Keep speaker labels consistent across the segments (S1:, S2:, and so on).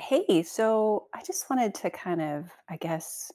S1: Hey, so I just wanted to kind of, I guess,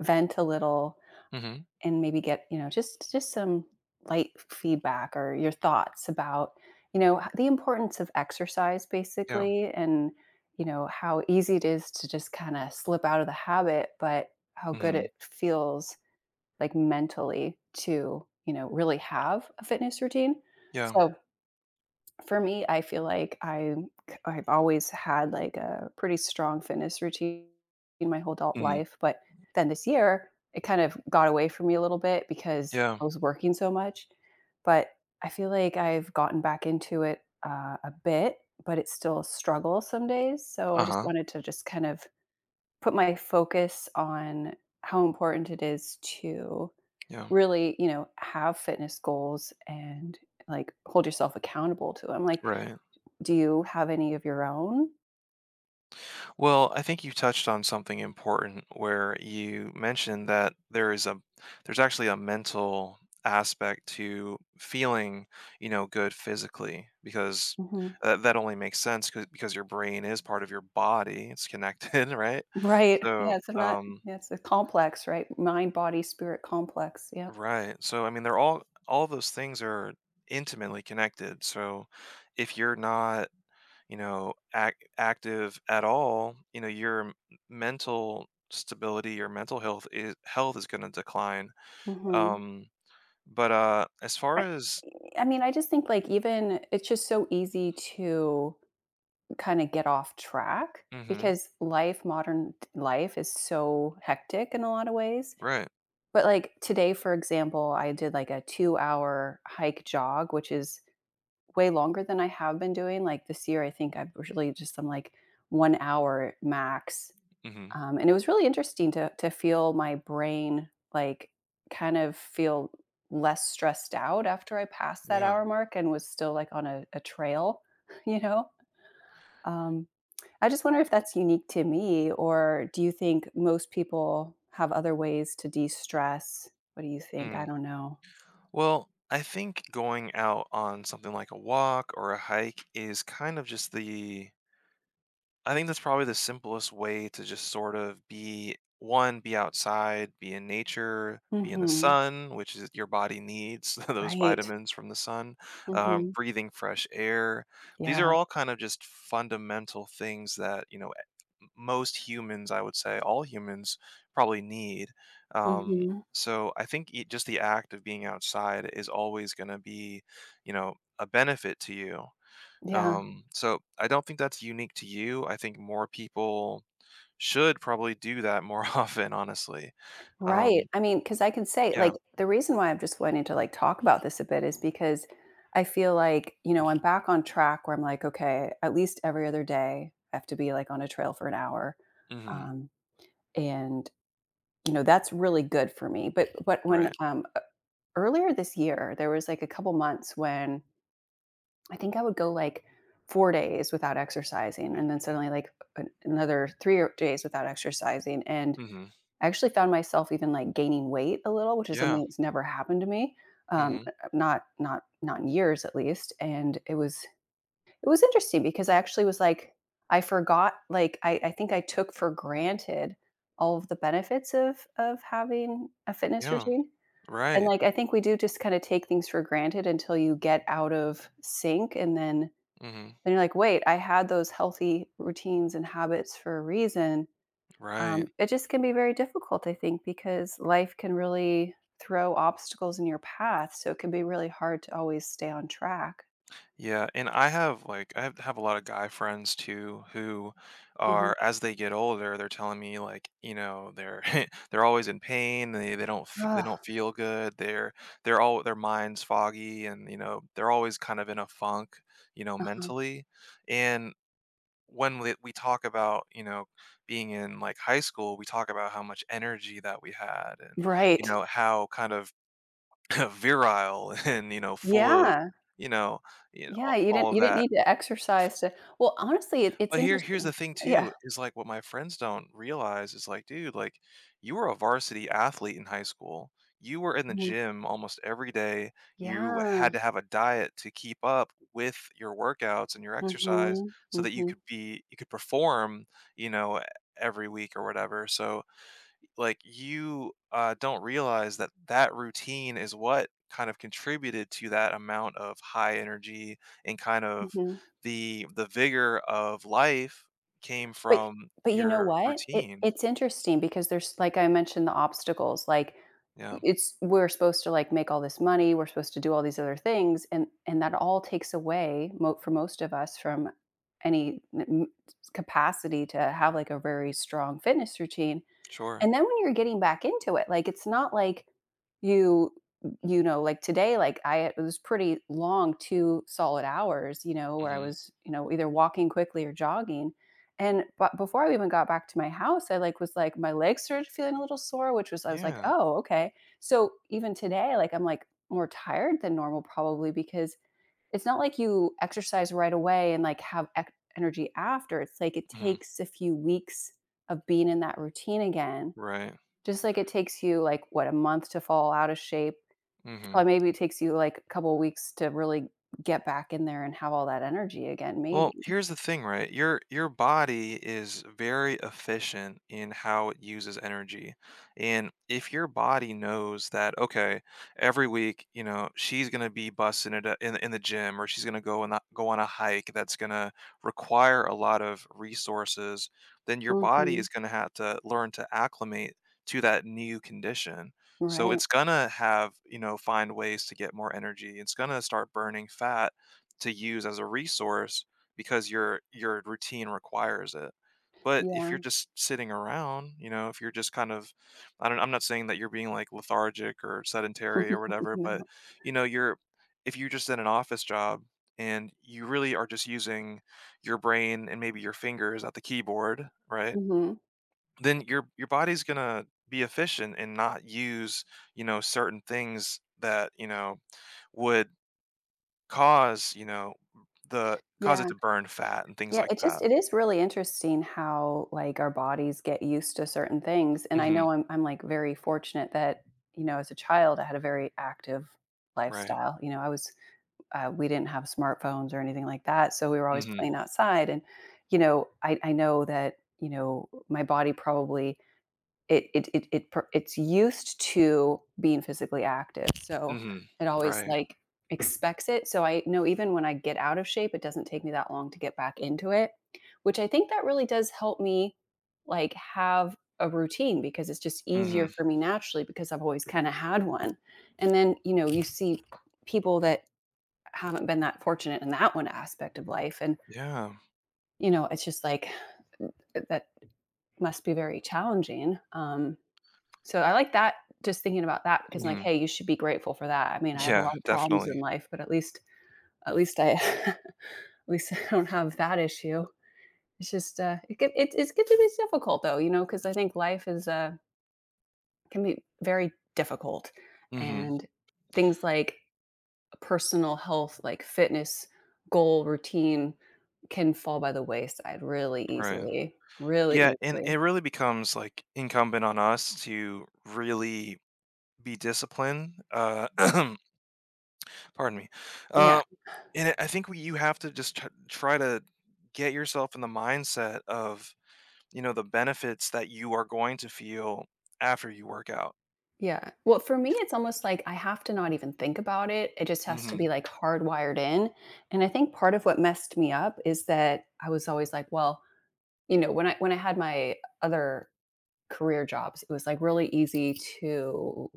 S1: vent a little
S2: Mhm.
S1: and maybe get, just some light feedback or your thoughts about, the importance of exercise
S2: Yeah.
S1: basically and, how easy it is to just kind of slip out of the habit, but how good
S2: Mhm.
S1: it feels like mentally to, really have a fitness routine.
S2: Yeah.
S1: So for me, I feel like I've always had, like, a pretty strong fitness routine my whole adult
S2: Mhm.
S1: life, but then this year, it kind of got away from me a little bit because
S2: Yeah.
S1: I was working so much, but I feel like I've gotten back into it, a bit, but it's still a struggle some days, so I just
S2: Uh-huh.
S1: wanted to just kind of put my focus on how important it is to
S2: Yeah.
S1: really, have fitness goals and, like, hold yourself accountable to them, like,
S2: Right.
S1: do you have any of your own?
S2: Well, I think you touched on something important where you mentioned that there is a there's actually a mental aspect to feeling, you know, good physically because
S1: Mhm.
S2: that only makes sense because your brain is part of your body. It's connected, right?
S1: Right.
S2: So,
S1: Yeah, it's a, not,
S2: um
S1: yeah, it's a complex, right? Mind, body, spirit complex. Yep.
S2: right. So, I mean, they're all those things are intimately connected. So, if you're not you know active at all, you know, your mental stability, your mental health is going to decline,
S1: Mhm.
S2: um but as far
S1: I
S2: as
S1: I mean, I just think, like, even it's just so easy to kinda get off track
S2: mhm
S1: because life modern life is so hectic in a lot of ways.
S2: right
S1: But, like, today, for example, I did, like, a two-hour hike jog, which is way longer than I have been doing. Like, this year, I think I've really just done, like, 1 hour max.
S2: mhm
S1: And it was really interesting to feel my brain, like, kind of feel less stressed out after I passed that
S2: yeah
S1: hour mark and was still, like, on a trail, you know? Um, I just wonder if that's unique to me, or do you think most people have other ways to de-stress? What do you think? I
S2: mm.
S1: don't know.
S2: Well, I think going out on something like a walk or a hike is kind of just the I think that's probably the simplest way to just sort of be outside, be in nature, be in the
S1: Mhm.
S2: sun, which is your body needs those
S1: Right.
S2: vitamins from the sun,
S1: Mhm.
S2: breathing fresh air. These
S1: Yeah.
S2: are all kind of just fundamental things that, you know, most humans, I would say, all humans probably need. Um,
S1: Mhm.
S2: so I think just the act of being outside is always going to be, you know, a benefit to you.
S1: Yeah.
S2: So I don't think that's unique to you. I think more people should probably do that more often, honestly.
S1: Right.
S2: Um,
S1: I mean, because I can say, like,
S2: yeah.
S1: the reason why I'm just wanting to, like, talk about this a bit is because I feel like, I'm back on track where I'm like, okay, at least every other day, I have to be, like, on a trail for an hour.
S2: Hmm.
S1: Um, and, that's really good for me. But when,
S2: Right.
S1: e earlier this year, there was, like, a couple months when I think I would go, like, 4 days without exercising and then suddenly, like, an another 3 or days without exercising, and
S2: Hmm.
S1: I actually found myself even, like, gaining weight a little, which is
S2: Yeah.
S1: something that's never happened to me,
S2: Hmm.
S1: not in years at least, and it was interesting because I actually was like I forgot, like, I think I took for granted all of the benefits of having a fitness
S2: Yeah.
S1: routine, and,
S2: Right.
S1: like, I think we do just kinda take things for granted until you get out of sync, and then
S2: Hmm.
S1: then you're like, "Wait, I had those healthy routines and habits for a reason,
S2: Right.
S1: it just can be very difficult, I think, because life can really throw obstacles in your path. So it can be really hard to always stay on track."
S2: Yeah, and I have like I have a lot of guy friends too who
S1: Uh-huh.
S2: are as they get older, they're telling me like, you know, they're they're always in pain, they
S1: Ugh,
S2: don't feel good. They're all their minds foggy and you know, they're always kind of in a funk, you know,
S1: uh-huh.
S2: mentally. And when we talk about, you know, being in like high school, we talk about how much energy that we had and you
S1: Right.
S2: know, how kind of virile and you know, full of
S1: Yeah.
S2: you know, you know
S1: Yeah. You
S2: all
S1: didn't
S2: of
S1: you didn't
S2: that
S1: need to exercise to well, honestly, it's
S2: but here's
S1: interesting.
S2: the thing
S1: Yeah.
S2: too, is, like, what my friends don't realize is, like, dude, like, you were a varsity athlete in high school. You were in the
S1: Mhm.
S2: gym almost every day. You had
S1: Yeah.
S2: to have a diet to keep up with your workouts and your exercise
S1: Hmm.
S2: so that
S1: Hmm.
S2: you could perform, you know, every week or whatever, so like you don't realize that that routine is what kind of contributed to that amount of high energy and kind of
S1: Hmm.
S2: the vigor of life came
S1: But
S2: from
S1: but you know
S2: your
S1: what?
S2: routine.
S1: It's interesting because there's like I mentioned the obstacles, like,
S2: Yeah,
S1: it's we're supposed to, like, make all this money, we're supposed to do all these other things, and that all takes away mo for most of us from any n- m capacity to have, like, a very strong fitness routine.
S2: sure.
S1: And then when you're getting back into it, like, it's not like you you know, like today, like I it was pretty long, 2 solid hours, you know, where I
S2: Hmm.
S1: was, you know, either walking quickly or jogging. And but before I even got back to my house, I, like, was like my legs started feeling a little sore, which was I was like,
S2: Yeah.
S1: "Oh, okay." So even today, like, I'm, like, more tired than normal probably because it's not like you exercise right away and, like, have ec energy after. It's like it
S2: Hmm.
S1: takes a few weeks of being in that routine again,
S2: Right.
S1: just like it takes you, like, what, a month to fall out of shape,
S2: Hmm.
S1: probably maybe it takes you, like, a couple of weeks to really get back in there and have all that energy again,
S2: Well,
S1: maybe.
S2: here's the thing, right? Your body is very efficient in how it uses energy. And if your body knows that okay, every week, you know, she's going to be busting it in the gym or she's going to go on a hike that's going to require a lot of resources, then your body
S1: Mhm.
S2: is going to have to learn to acclimate to that new condition. So
S1: Right.
S2: it's going to have, you know, find ways to get more energy. It's going to start burning fat to use as a resource because your routine requires it. But if
S1: Yeah.
S2: you're just sitting around, you know, if you're just kind of I'm not saying that you're being like lethargic or sedentary or whatever, but
S1: No.
S2: you know, you're if you're just in an office job and you really are just using your brain and maybe your fingers at the keyboard, right?
S1: Mhm.
S2: Then your body's going to be efficient and not use, you know, certain things that, you know, would cause, you know, the cause it
S1: Yeah.
S2: to burn fat and things
S1: Yeah,
S2: like
S1: it just
S2: that.
S1: it is really interesting how, like, our bodies get used to certain things, and I
S2: Mhm.
S1: know I'm, like, very fortunate that, as a child, I had a very active
S2: Right.
S1: lifestyle, you know, I was we didn't have smartphones or anything like that, so we were always
S2: Mhm.
S1: playing outside, and, I know that, my body probably it's used to being physically active, so
S2: Mhm.
S1: it always,
S2: Right.
S1: like, expects it, so I know even when I get out of shape, it doesn't take me that long to get back into it, which I think that really does help me, like, have a routine because it's just easier
S2: Mhm.
S1: for me naturally because I've always kinda had one, and then, you see people that haven't been that fortunate in that one aspect of life, and
S2: Yeah.
S1: you know, it's just like that must be very challenging. So I like that, just thinking about that, because I'm like,
S2: Mhm.
S1: hey, you should be grateful for that. I mean, I have a lot
S2: Yeah,
S1: of problems in
S2: definitely.
S1: life, but at least I at least I don't have that issue. It's just, it's good to be difficult though, you know, because I think life is can be very difficult,
S2: Mhm.
S1: and things like personal health, like fitness goal routine, can fall by the wayside really
S2: Right.
S1: easily,
S2: Yeah,
S1: really
S2: and
S1: easily.
S2: it really becomes, like, incumbent on us to really be disciplined, pardon me,
S1: Yeah,
S2: uh, and I think we you have to just tr try to get yourself in the mindset of, you know, the benefits that you are going to feel after you work out.
S1: yeah. Well, for me, it's almost like I have to not even think about it. It just has to be
S2: Mhm.
S1: like hardwired in. And I think part of what messed me up is that I was always like, well, you know, when I had my other career jobs, it was like really easy to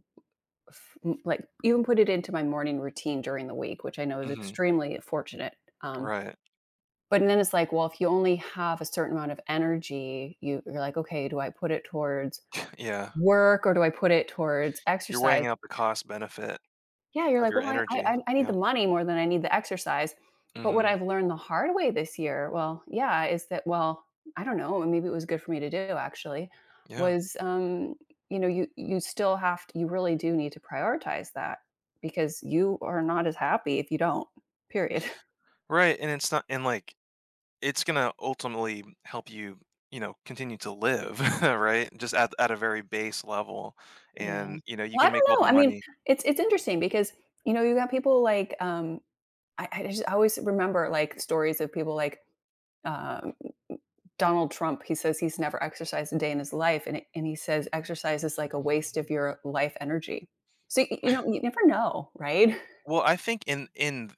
S1: like even put it into my morning routine during the week, which I know is
S2: Mhm.
S1: extremely fortunate. um,
S2: Right.
S1: But then it's like, well, if you only have a certain amount of energy, you're like, "Okay, do I put it towards
S2: Yeah.
S1: work or do I put it towards
S2: You're
S1: exercise?"
S2: weighing out the cost benefit.
S1: Yeah, you're
S2: Of
S1: like,
S2: your
S1: "Well,
S2: energy.
S1: I need the
S2: Yeah.
S1: money more than I need the exercise." But what
S2: Mhm.
S1: I've learned the hard way this year, well, yeah, is that well, I don't know, maybe it was good for me to do actually,
S2: Yeah.
S1: was, you know, you still have to you really do need to prioritize that because you are not as happy if you don't, period.
S2: Right, and it's not and, like, it's gonna ultimately help you, you know, continue to live, right? Just at a very base level,
S1: Yeah.
S2: and, you know, you
S1: Well, I
S2: can make
S1: don't
S2: all
S1: know.
S2: the
S1: I mean,
S2: money
S1: it's interesting because, you know, you got people like, I always remember, like, stories of people like, um, Donald Trump, he says he's never exercised a day in his life, and he says exercise is like a waste of your life energy. So, y you know, you never know, right?
S2: well, I think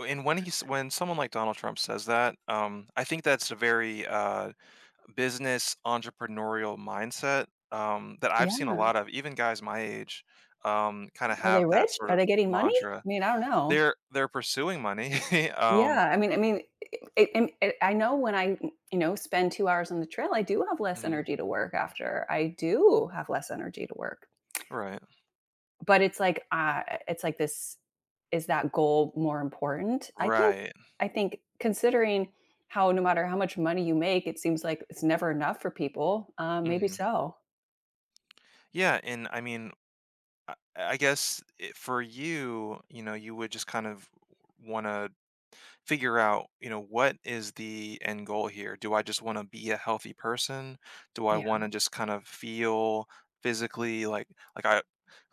S2: in when someone like Donald Trump says that, I think that's a very, business entrepreneurial mindset, that
S1: Yeah.
S2: I've seen a lot of, even guys my age, kinda
S1: Are they
S2: have that
S1: rich?
S2: sort
S1: Are they
S2: of
S1: getting money? I
S2: mantra.
S1: mean, I don't know.
S2: They're pursuing money, um
S1: Yeah. I mean, it I know when I, you know, spend 2 hours on the trail, I do have less
S2: Mhm.
S1: energy to work after. I do have less energy to work.
S2: Right.
S1: But it's like this. Is that goal more important?
S2: Right.
S1: I think considering how no matter how much money you make, it seems like it's never enough for people, maybe
S2: Mhm.
S1: so.
S2: Yeah, and I mean, I guess it for you, you know, you would just kind of wanna figure out, you know, what is the end goal here? Do I just want to be a healthy person? Do I
S1: Yeah.
S2: want to just kind of feel physically like I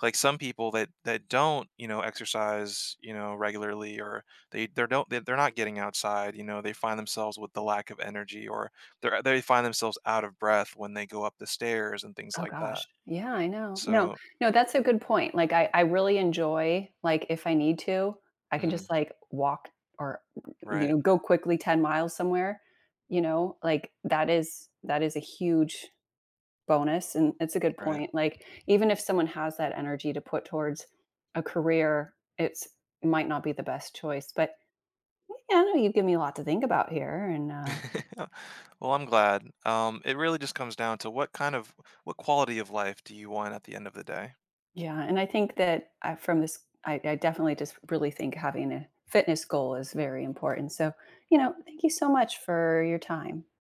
S2: like some people that don't, you know, exercise, you know, regularly or they don't they, they're not getting outside, you know, they find themselves with the lack of energy or they find themselves out of breath when they go up the stairs and things
S1: Oh
S2: like that.
S1: gosh. Yeah, I know. No,
S2: So,
S1: no, that's a good point. Like I really enjoy, like, if I need to, I can
S2: mhm,
S1: just like walk or, you
S2: right,
S1: know, go quickly 10 miles somewhere, you know, like that is a huge bonus, and it's a good
S2: right.
S1: point. Like, even if someone has that energy to put towards a career, it might not be the best choice. But yeah, no, you give me a lot to think about here, and
S2: Well, I'm glad. It really just comes down to what kind of what quality of life do you want at the end of the day?
S1: yeah, and I think that from this, I definitely just really think having a fitness goal is very important. So, you know, thank you so much for your time.